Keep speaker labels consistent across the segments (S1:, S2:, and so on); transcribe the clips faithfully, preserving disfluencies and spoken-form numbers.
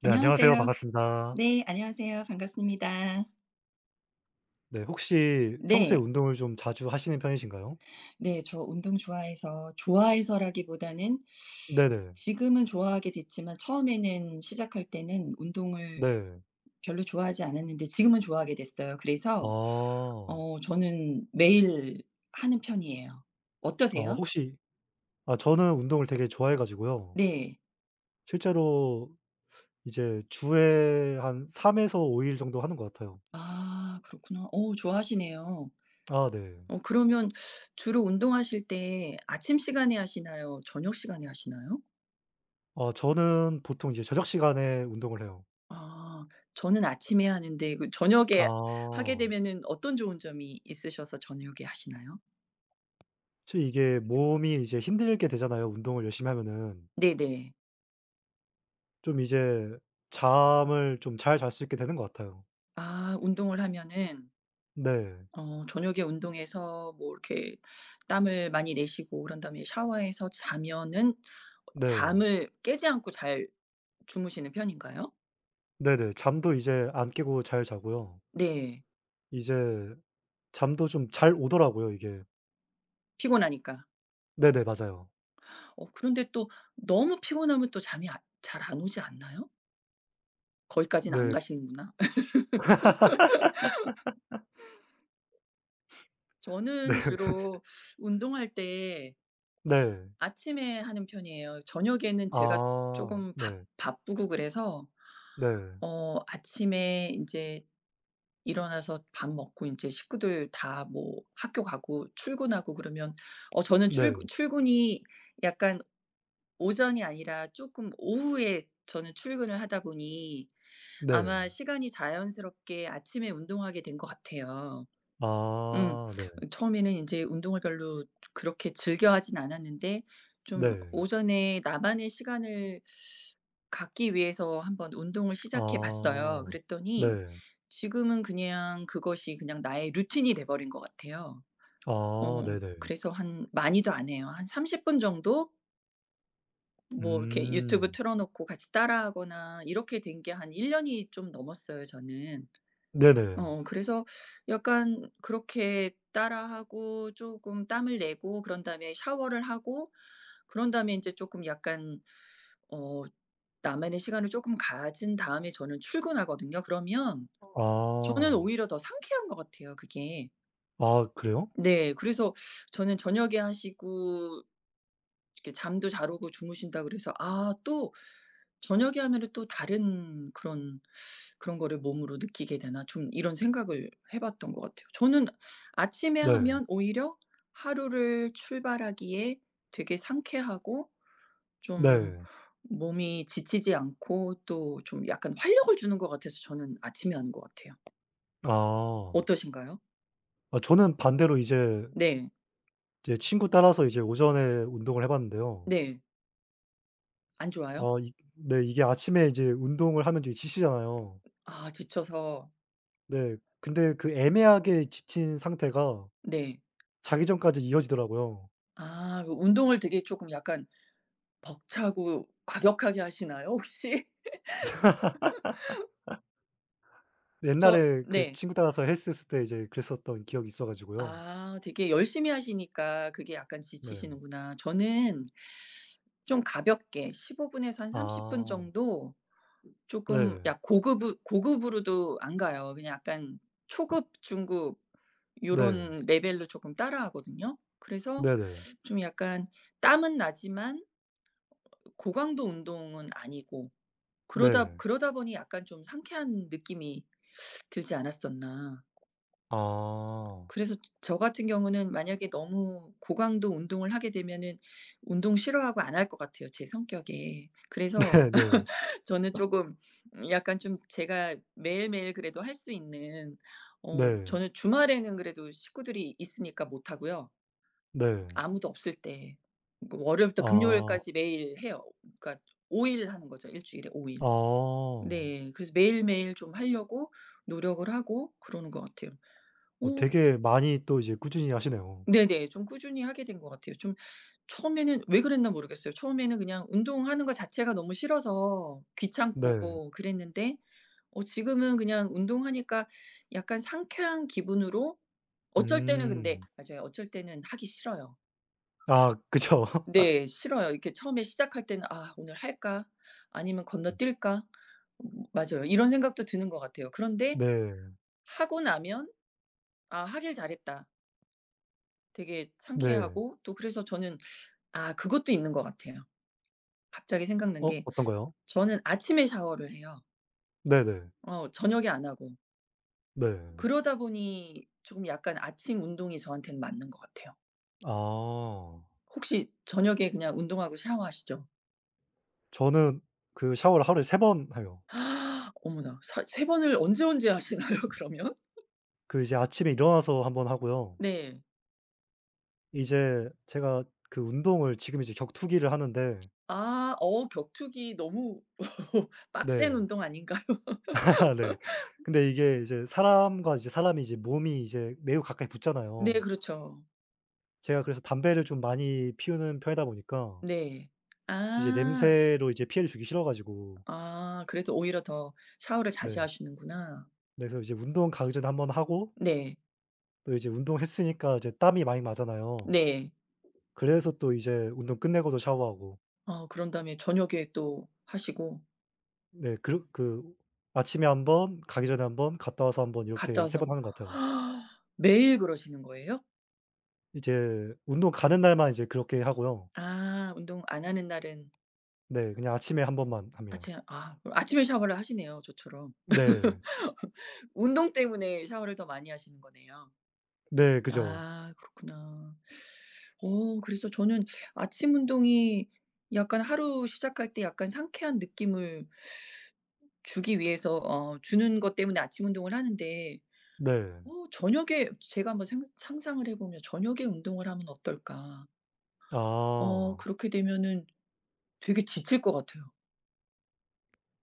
S1: 네, 안녕하세요.
S2: 안녕하세요.
S1: 반갑습니다.
S2: 네 안녕하세요. 반갑습니다.
S1: 네, 혹시 평소에
S2: 네.
S1: 운동을 좀 자주 하시는 편이신가요?
S2: 네 저 운동 좋아해서 좋아해서라기보다는
S1: 네네.
S2: 지금은 좋아하게 됐지만 처음에는 시작할 때는 운동을
S1: 네.
S2: 별로 좋아하지 않았는데 지금은 좋아하게 됐어요. 그래서
S1: 아.
S2: 어 저는 매일 하는 편이에요.
S1: 어
S2: 어떠세요?
S1: 혹시 아, 저는 운동을 되게 좋아해 가지고요.
S2: 네.
S1: 실제로 이제 주에 한 삼 에서 오 일 정도 하는 것 같아요.
S2: 아 그렇구나. 어 좋아하시네요.
S1: 아 네.
S2: 어 그러면 주로 운동하실 때 아침 시간에 하시나요? 저녁 시간에 하시나요?
S1: 어 저는 보통 이제 저녁 시간에 운동을 해요.
S2: 아. 저는 아침에 하는데 그 저녁에 하게
S1: 아.
S2: 되면은 어떤 좋은 점이 있으셔서 저녁에 하시나요?
S1: 사실 이게 몸이 이제 힘들게 되잖아요, 운동을 열심히 하면은.
S2: 네네.
S1: 좀 이제 잠을 좀 잘 잘 수 있게 되는 것 같아요.
S2: 아 운동을 하면은
S1: 네.
S2: 어 저녁에 운동해서 뭐 이렇게 땀을 많이 내시고 그런 다음에 샤워해서 자면은
S1: 네.
S2: 잠을 깨지 않고 잘 주무시는 편인가요?
S1: 네네. 잠도 이제 안 깨고 잘 자고요.
S2: 네.
S1: 이제 잠도 좀 잘 오더라고요, 이게.
S2: 피곤하니까.
S1: 네네. 맞아요.
S2: 어 그런데 또 너무 피곤하면 또 잠이 아 잘 안 오지 않나요? 거기까지는 안
S1: 네.
S2: 가시는구나. 저는 주로 운동할 때
S1: 네. 네.
S2: 아침에 하는 편이에요. 저녁에는 제가 조
S1: 아.
S2: 금 바
S1: 네.
S2: 바쁘고 그래서
S1: 네.
S2: 어 아침에 이제 일어나서 밥 먹고 이제 식구들 다 뭐 학교 가고 출근하고 그러면 어 저는 출근
S1: 네.
S2: 출근이 약간 오전이 아니라 조금 오후에 저는 출근을 하다 보니
S1: 네.
S2: 아마 시간이 자연스럽게 아침에 운동하게 된 것 같아요. 음.
S1: 아 네.
S2: 처음에는 인제 운동을 별로 그렇게 즐겨 하진 않았는데 좀
S1: 네.
S2: 오전에 나만의 시간을 갖기 위해서 한번 운동을 시작해 봤어요.
S1: 아.
S2: 그랬더니
S1: 네.
S2: 지금은 그냥 그것이 그냥 나의 루틴이 돼 버린 것 같아요.
S1: 아
S2: 어
S1: 네네.
S2: 그래서 한 많이도 안 해요. 한 삼십 분 정도 뭐 이렇게 유튜브
S1: 음.
S2: 틀어 놓고 같이 따라 하거나 이렇게 된 게 한 일 년이 좀 넘었어요 저는.
S1: 네네.
S2: 어 그래서 약간 그렇게 따라하고 조금 땀을 내고 그런 다음에 샤워를 하고 그런 다음에 이제 조금 약간 어 나만의 시간을 조금 가진 다음에 저는 출근하거든요. 그러면 저는
S1: 아.
S2: 오히려 더 상쾌한 것 같아요 그게.
S1: 아 그래요?
S2: 네. 그래서 저는 저녁에 하시고 이렇게 잠도 잘 오고 주무신다 그래서 아 또 저녁에 하면은 또 다른 그런, 그런 거를 몸으로 느끼게 되나 좀 이런 생각을 해 봤던 것 같아요. 저는 아침에
S1: 네.
S2: 하면 오히려 하루를 출발하기에 되게 상쾌하고 좀
S1: 네.
S2: 몸이 지치지 않고 또 좀 약간 활력을 주는 것 같아서 저는 아침에 하는 것 같아요.
S1: 아.
S2: 어떠신가요?
S1: 아 저는 반대로 이제
S2: 네.
S1: 제 친구 따라서 이제 오전에 운동을 해 봤는데요.
S2: 네. 안 좋아요?
S1: 어 이 네, 이게 아침에 이제 운동을 하면 이제 지치잖아요.
S2: 아 지쳐서.
S1: 네. 근데 그 애매하게 지친 상태가
S2: 네.
S1: 자기 전까지 이어지더라고요.
S2: 아 그 운동을 되게 쪼끔 약간 벅차고 과격하게 하시나요 혹시? 저
S1: 옛날에 그
S2: 네.
S1: 친구 따라서 헬스 했을 때 이제 그랬었던 기억이 있어 가지고요.
S2: 아 되게 열심히 하시니까 그게 약간
S1: 네.
S2: 지치시는구나. 저는 좀 가볍게 십오 분에서 한 삼십 분
S1: 아.
S2: 정도 조금
S1: 네.
S2: 약 고급으 고급으로도 안 가요. 그냥 약간 초급, 중급
S1: 네.
S2: 요런 레벨로 조금 따라하거든요. 그래서
S1: 네네.
S2: 좀 약간 땀은 나지만 고강도 운동은 아니고 그러다
S1: 네.
S2: 그러다 보니 약간 좀 상쾌한 느낌이 들지 않았었나.
S1: 아.
S2: 그래서 저 같은 경우는 만약에 너무 고강도 운동을 하게 되면은 운동 싫어하고 안 할 것 같아요, 제 성격에 그래서
S1: 네네. 네.
S2: 저는 조금 약간 좀 제가 매일매일 그래도 할 수 있는 어
S1: 네.
S2: 저는 주말에는 그래도 식구들이 있으니까 못 하고요.
S1: 네.
S2: 아무도 없을 때 그 월요일부터
S1: 아.
S2: 금요일까지 매일 해요. 그러니까 오 일 하는 거죠, 일 주일에 오 일.
S1: 아.
S2: 네. 그래서 매일매일 좀 하려고 노력을 하고 그러는 것 같아요. 어
S1: 어 되게 많이 또 이제 꾸준히 하시네요.
S2: 네네. 좀 꾸준히 하게 된 것 같아요. 좀 처음에는 왜 그랬나 모르겠어요. 처음에는 그냥 운동하는 거 자체가 너무 싫어서
S1: 네.
S2: 귀찮고 그랬는데 어 지금은 그냥 운동하니까 약간 상쾌한 기분으로 어쩔 때는 근데
S1: 음.
S2: 맞아요. 어쩔 때는 하기 싫어요.
S1: 아 그죠.
S2: 네. 싫어요. 이렇게 처음에 시작할 때는 '아 오늘 할까? 아니면 건너뛸까?' 음 맞아요. 이런 생각도 드는 것 같아요. 그런데
S1: 네.
S2: 하고 나면 '아 하길 잘했다.' 되게
S1: 네.
S2: 상쾌하고 또 그래서 저는 아 그것도 있는 것 같아요. 갑자기 생각난
S1: 어
S2: 게
S1: 어떤 거요?
S2: 저는 아침에 샤워를 해요.
S1: 네네.
S2: 어 저녁에 안 하고.
S1: 네.
S2: 그러다 보니 조금 약간 아침 운동이 저한테는 맞는 것 같아요.
S1: 아.
S2: 혹시 저녁에 그냥 운동하고 샤워하시죠?
S1: 저는 그 샤워를 하루에 세 번 해요.
S2: 어머나. 사 세 번을 언제 언제 하시나요 그러면?
S1: 그 이제 아침에 일어나서 한번 하고요.
S2: 네.
S1: 이제 제가 그 운동을 지금 이제 격투기를 하는데
S2: 아 어 격투기 너무 빡센
S1: 네.
S2: 운동 아닌가요?
S1: 네. 근데 이게 이제 사람과 이제 사람이 이제 몸이 이제 매우 가까이
S2: 네
S1: 붙잖아요.
S2: 그렇죠.
S1: 제가 그래서 담배를 좀 많이 피우는 편이다 보니까
S2: 네.
S1: 이제
S2: 아.
S1: 냄새로 이제 피해를 주기 싫어 가지고
S2: 아 그래도 오히려 더 샤워를 자주
S1: 네.
S2: 하시는구나.
S1: 네, 그래서 이제 운동 가기 전에 한번 하고
S2: 네.
S1: 또 이제 운동했으니까 이제 땀이 많이 나잖아요.
S2: 네.
S1: 그래서 또 이제 운동 끝내고도 샤워하고
S2: 어 그런 다음에 저녁에 또 하시고
S1: 네, 그르 그 아침에 한 번, 가기 전에 한 번, 갔다 와서 한번
S2: 갔다
S1: 이렇게 세
S2: 와서
S1: 번
S2: 뭐
S1: 하는 것 같아요.
S2: 매일 그러시는 거예요?
S1: 이제 운동 가는 날만 이제 그렇게 하고요.
S2: 아 운동 안 하는 날은
S1: 네, 그냥 아침에 한 번만 합니다.
S2: 아침 아 그럼 아침에 샤워를 하시네요, 저처럼.
S1: 네.
S2: 운동 때문에 샤워를 더 많이 하시는 거네요.
S1: 네 그죠.
S2: 아 그렇구나. 어 그래서 저는 아침 운동이 약간 하루 시작할 때 약간 상쾌한 느낌을 주기 위해서 어 주는 것 때문에 아침 운동을 하는데
S1: 네.
S2: 어 저녁에 제가 한번 생 상상을 해 보면 '저녁에 운동을 하면 어떨까?' 어
S1: 아.
S2: 그렇게 되면은 되게 지칠 것 같아요.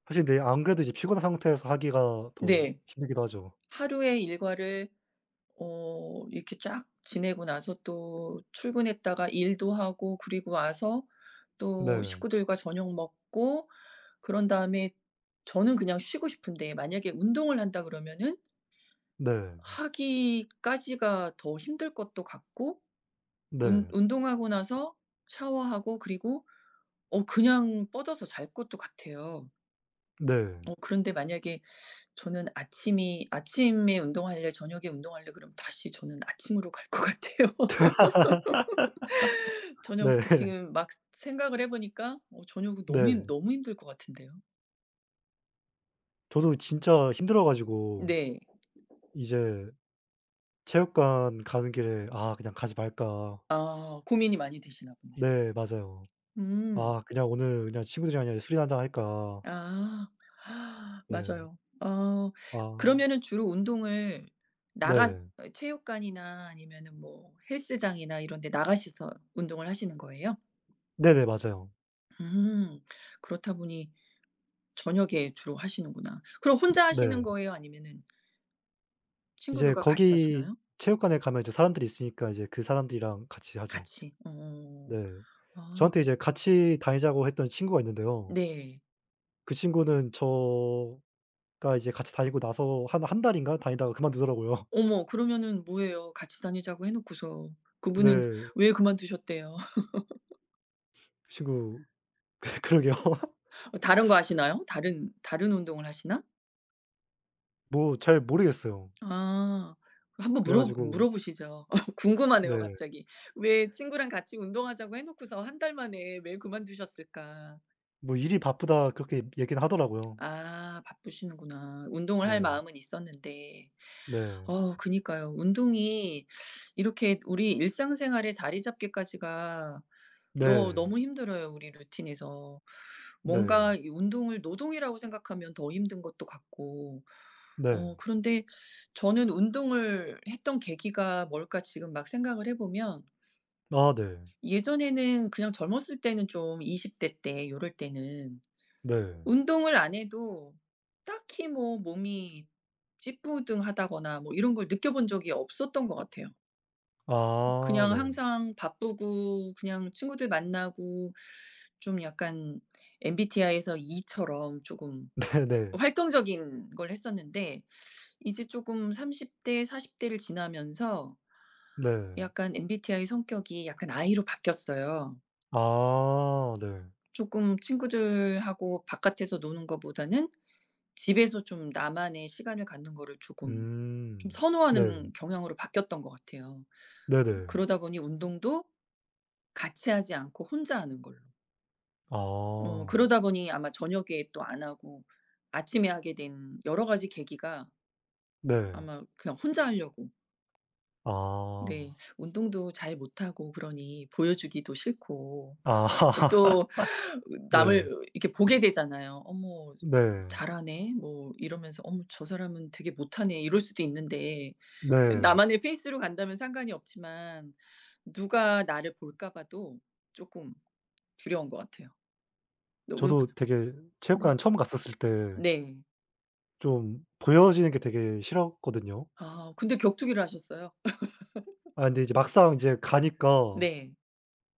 S1: 사실 네, 안 그래도 이제 피곤한 상태에서 하기가 더
S2: 네.
S1: 힘들기도 하죠.
S2: 하루의 일과를 어 이렇게 쫙 지내고 나서 또 출근했다가 일도 하고 그리고 와서 또
S1: 네.
S2: 식구들과 저녁 먹고 그런 다음에 저는 그냥 쉬고 싶은데 만약에 운동을 한다 그러면은
S1: 네.
S2: 하기까지가 더 힘들 것도 같고 운
S1: 네.
S2: 운동하고 나서 샤워하고 그리고 어 그냥 뻗어서 잘 것도 같아요.
S1: 네.
S2: 어 그런데 만약에 저는 아침이 아침에 운동할래, 저녁에 운동할래 그럼 다시 저는 아침으로 갈 것 같아요. 저녁
S1: 네.
S2: 스 지금 막 생각을 해 보니까 어 저녁은 너무 힘
S1: 네.
S2: 너무 힘들 것 같은데요.
S1: 저도 진짜 힘들어 가지고
S2: 네.
S1: 이제 체육관 가는 길에 '아 그냥 가지 말까.'
S2: 아 고민이 많이 되시나 보네요.
S1: 네 맞아요.
S2: 음.
S1: 아 그냥 오늘 그냥 친구들이랑 그냥 술이나 한잔 할까.
S2: 아.
S1: 네.
S2: 맞아요. 어
S1: 아
S2: 그러면은 주로 운동을 나가
S1: 네.
S2: 체육관이나 아니면은 뭐 헬스장이나 이런 데 나가셔서 운동을 하시는 거예요?
S1: 네네 맞아요.
S2: 음. 그렇다 보니 저녁에 주로 하시는구나. 그럼 혼자 하시는
S1: 네.
S2: 거예요? 아니면은
S1: 이제
S2: 친구들과 같이
S1: 거기
S2: 하시나요?
S1: 체육관에 가면 이제 사람들이 있으니까 이제 그 사람들이랑 같이 하죠.
S2: 같이. 어.
S1: 네.
S2: 아
S1: 저한테 이제 같이 다니자고 했던 친구가 있는데요.
S2: 네.
S1: 그 친구는 저가 이제 같이 다니고 나서 한 한 달인가 다니다가 그만두더라고요.
S2: 어머 그러면은 뭐예요? 같이 다니자고 해 놓고서 그분은
S1: 네.
S2: 왜 그만두셨대요?
S1: 그 친구 그러게요.
S2: 어 다른 거 하시나요? 다른 다른 운동을 하시나?
S1: 뭐 잘 모르겠어요.
S2: 아. 한번
S1: 그래
S2: 물어
S1: 가지고
S2: 물어보시죠. 궁금하네요
S1: 네.
S2: 갑자기. 왜 친구랑 같이 운동하자고 해 놓고서 한 달 만에 왜 그만두셨을까?
S1: 뭐 "일이 바쁘다." 그렇게 얘기는 하더라고요.
S2: 아 바쁘시는구나. 운동을 할
S1: 네.
S2: 마음은 있었는데.
S1: 네.
S2: 어 그니까요. 운동이 이렇게 우리 일상생활에 자리 잡기까지가 너
S1: 네.
S2: 너무 힘들어요, 우리 루틴에서.
S1: 네.
S2: 뭔가 이 운동을 노동이라고 생각하면 더 힘든 것도 같고.
S1: 네.
S2: 어 그런데 저는 운동을 했던 계기가 뭘까 지금 막 생각을 해 보면
S1: 아 네.
S2: 예전에는 그냥 젊었을 때는 좀 이십 대 때 요럴 때는
S1: 네.
S2: 운동을 안 해도 딱히 뭐 몸이 찌뿌둥하다거나 뭐 이런 걸 느껴본 적이 없었던 것 같아요.
S1: 아
S2: 그냥
S1: 네.
S2: 항상 바쁘고 그냥 친구들 만나고 좀 약간 엠비티아이에서 E처럼 조금
S1: 네네.
S2: 활동적인 걸 했었는데 이제 조금삼십 대 사십 대를 지나면서
S1: 네. 네.
S2: 약간 엠비티아이 성격이 약간 I로 바뀌었어요.
S1: 아 네.
S2: 조금 친구들하고 바깥에서 노는 거보다는 집에서 좀 나만의 시간을 갖는 거를 조금 좀
S1: 음. 네.
S2: 선호하는 경향으로 바뀌었던 것 같아요.
S1: 네네.
S2: 그러다 보니 운동도 같이 하지 않고 혼자 하는 걸로.
S1: 아.
S2: 어 그러다 보니 아마 저녁에 또 안 하고 아침에 하게 된 여러 가지 계기가
S1: 네.
S2: 아마 그냥 혼자 하려고
S1: 아.
S2: 네 운동도 잘 못하고 그러니 보여주기도 싫고
S1: 아.
S2: 또
S1: 네.
S2: 남을 이렇게 보게 되잖아요. '어머
S1: 네.
S2: 잘하네.' 뭐 이러면서 '어머 저 사람은 되게 못하네.' 이럴 수도 있는데
S1: 네.
S2: 나만의 페이스로 간다면 상관이 없지만 누가 나를 볼까 봐도 쪼끔 두려운 것 같아요. 너 운
S1: 저도 되게 체육관
S2: 네.
S1: 처음 갔었을 때
S2: 네.
S1: 좀 보여지는 게 되게 싫었거든요.
S2: 아 근데 격투기를 하셨어요?
S1: 아 근데 이제 막상 이제 가니까
S2: 네.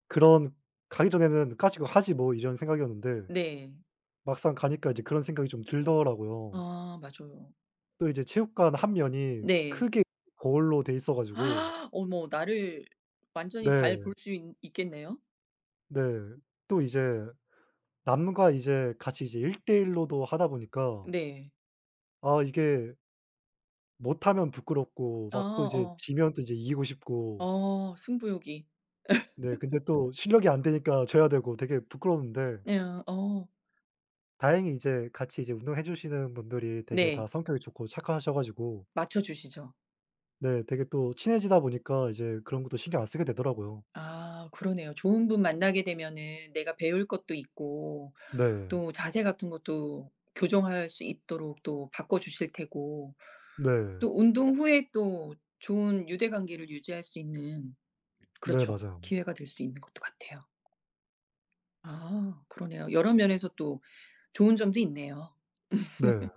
S1: 그런 가기 전에는 '까짓 거 하지 뭐.' 이런 생각이었는데
S2: 네.
S1: 막상 가니까 이제 그런 생각이 좀 들더라고요.
S2: 아 맞아요.
S1: 또 이제 체육관 한 면이
S2: 네.
S1: 크게 거울로 돼 있어 가지고
S2: 아 어머 나를 완전히 잘
S1: 네.
S2: 볼 수 있 있겠네요?
S1: 네. 또 이제 남과 이제 같이 이제 일일 로도 하다 보니까
S2: 네.
S1: 아 이게 못하면 부끄럽고
S2: 아
S1: 막 또 이제
S2: 어.
S1: 지면 또 이제 이기고 싶고
S2: 어 승부욕이.
S1: 네, 근데 또 실력이 안 되니까 져야 되고 되게 부끄러운데
S2: 네 아 어.
S1: 다행히 이제 같이 이제 운동해 주시는 분들이 되게 다
S2: 네.
S1: 성격이 좋고 착하셔 가지고
S2: 맞춰 주시죠.
S1: 네, 되게 또 친해지다 보니까 이제 그런 것도 신경 안 쓰게 되더라고요.
S2: 아 그러네요. 좋은 분 만나게 되면은 내가 배울 것도 있고
S1: 네.
S2: 또 자세 같은 것도 교정할 수 있도록 또 바꿔 주실 테고
S1: 네.
S2: 또 운동 후에 또 좋은 유대관계를 유지할 수 있는
S1: 네
S2: 그렇죠.
S1: 맞아요.
S2: 기회가 될 수 있는 것도 같아요. 아 그러네요. 여러 면에서 또 좋은 점도 있네요.
S1: 네.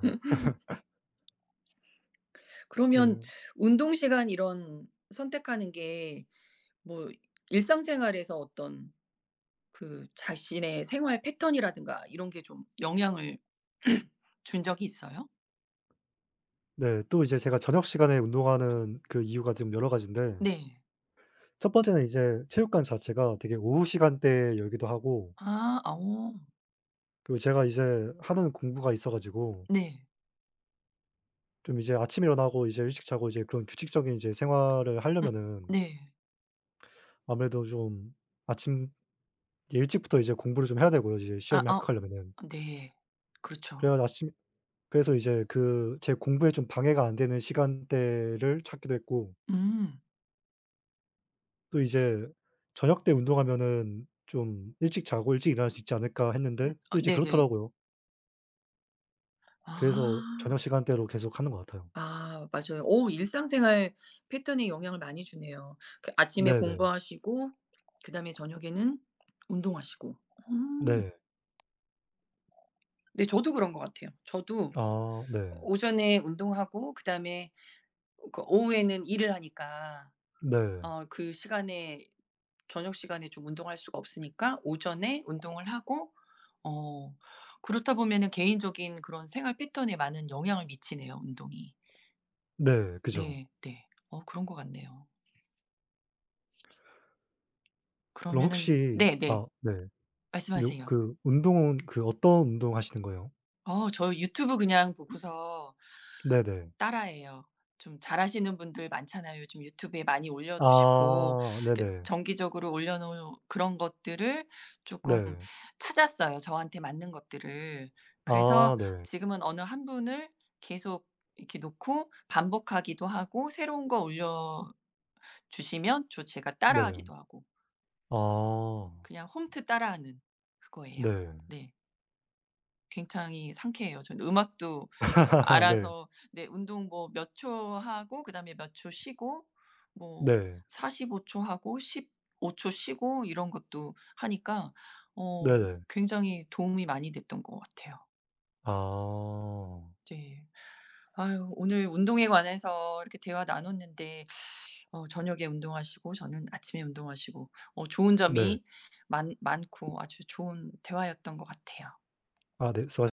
S2: 그러면
S1: 네.
S2: 운동 시간 이런 선택하는 게 뭐 일상생활에서 어떤 그 자신의 생활 패턴이라든가 이런 게 좀 영향을 준 적이 있어요?
S1: 네. 또 이제 제가 저녁 시간에 운동하는 그 이유가 좀 여러 가지인데
S2: 네.
S1: 첫 번째는 이제 체육관 자체가 되게 오후 시간대에 열기도 하고
S2: 아. 아 어.
S1: 그리고 제가 이제 하는 공부가 있어 가지고
S2: 네.
S1: 좀 이제 아침에 일어나고 이제 일찍 자고 이제 그런 규칙적인 이제 생활을
S2: 음
S1: 하려면은
S2: 네.
S1: 아무래도 좀 아침 일찍부터 이제 공부를 좀 해야 되고요, 이제
S2: 아
S1: 시험에
S2: 아
S1: 합격하려면은.
S2: 네. 그렇죠.
S1: 그래 가 아침 그래서 이제 그 제 공부에 좀 방해가 안 되는 시간대를 찾기도 했고
S2: 음.
S1: 또 이제 '저녁 때 운동하면은 좀 일찍 자고 일찍 일어날 수 있지 않을까.'
S2: 음
S1: 했는데 또
S2: 어,
S1: 이제
S2: 네네.
S1: 그렇더라고요. 그래서
S2: 아.
S1: 저녁 시간대로 계속 하는 것 같아요.
S2: 아 맞아요. 어 일상생활 패턴에 영향을 많이 주네요. 그 아침에
S1: 네네.
S2: 공부하시고 그다음에 저녁에는 운동하시고. 음.
S1: 네.
S2: 네 저도 그런 것 같아요. 저도
S1: 아 네.
S2: 오전에 운동하고 그다음에 그 오후에는 일을 하니까
S1: 네.
S2: 어 그 시간에 저녁 시간에 좀 운동할 수가 없으니까 오전에 운동을 하고 어 그렇다 보면은 개인적인 그런 생활 패턴에 많은 영향을 미치네요 운동이.
S1: 네. 그죠.
S2: 네 네. 어 그런 것 같네요.
S1: 그럼
S2: 그러면은
S1: 혹시
S2: 네네.
S1: 아 네. 근데
S2: 말씀하세요.
S1: 그 운동은 그 어떤 운동 하시는 거예요?
S2: 어 저 유튜브 그냥 보고서
S1: 네네.
S2: 따라해요. 좀 잘하시는 분들 많잖아요. 요즘 유튜브에 많이 올려 놓으시고
S1: 아
S2: 그
S1: 네네.
S2: 정기적으로 올려 놓은 그런 것들을 쪼끔
S1: 네.
S2: 찾았어요, 저한테 맞는 것들을.
S1: 아
S2: 그래서
S1: 네.
S2: 지금은 어느 한 분을 계속 이렇게 놓고 반복하기도 하고 새로운 거 올려주시면 저 제가
S1: 네.
S2: 따라하기도 하고
S1: 아
S2: 그냥 홈트 따라하는 그거예요.
S1: 네.
S2: 네. 굉장히 상쾌해요. 저는 음악도
S1: 네.
S2: 알아서 네 운동 뭐 몇 초 하고 그다음에 몇 초 쉬고 뭐
S1: 네.
S2: 사십오 초 하고 십오 초 쉬고 이런 것도 하니까 어
S1: 네네.
S2: 굉장히 도움이 많이 됐던 것 같아요.
S1: 아
S2: 네. 아유 오늘 운동에 관해서 이렇게 대화 나눴는데 어 저녁에 운동하시고 저는 아침에 운동하시고 어 좋은
S1: 네.
S2: 점이 많 많고 아주 좋은 대화였던 것 같아요.
S1: 아 네. 수고하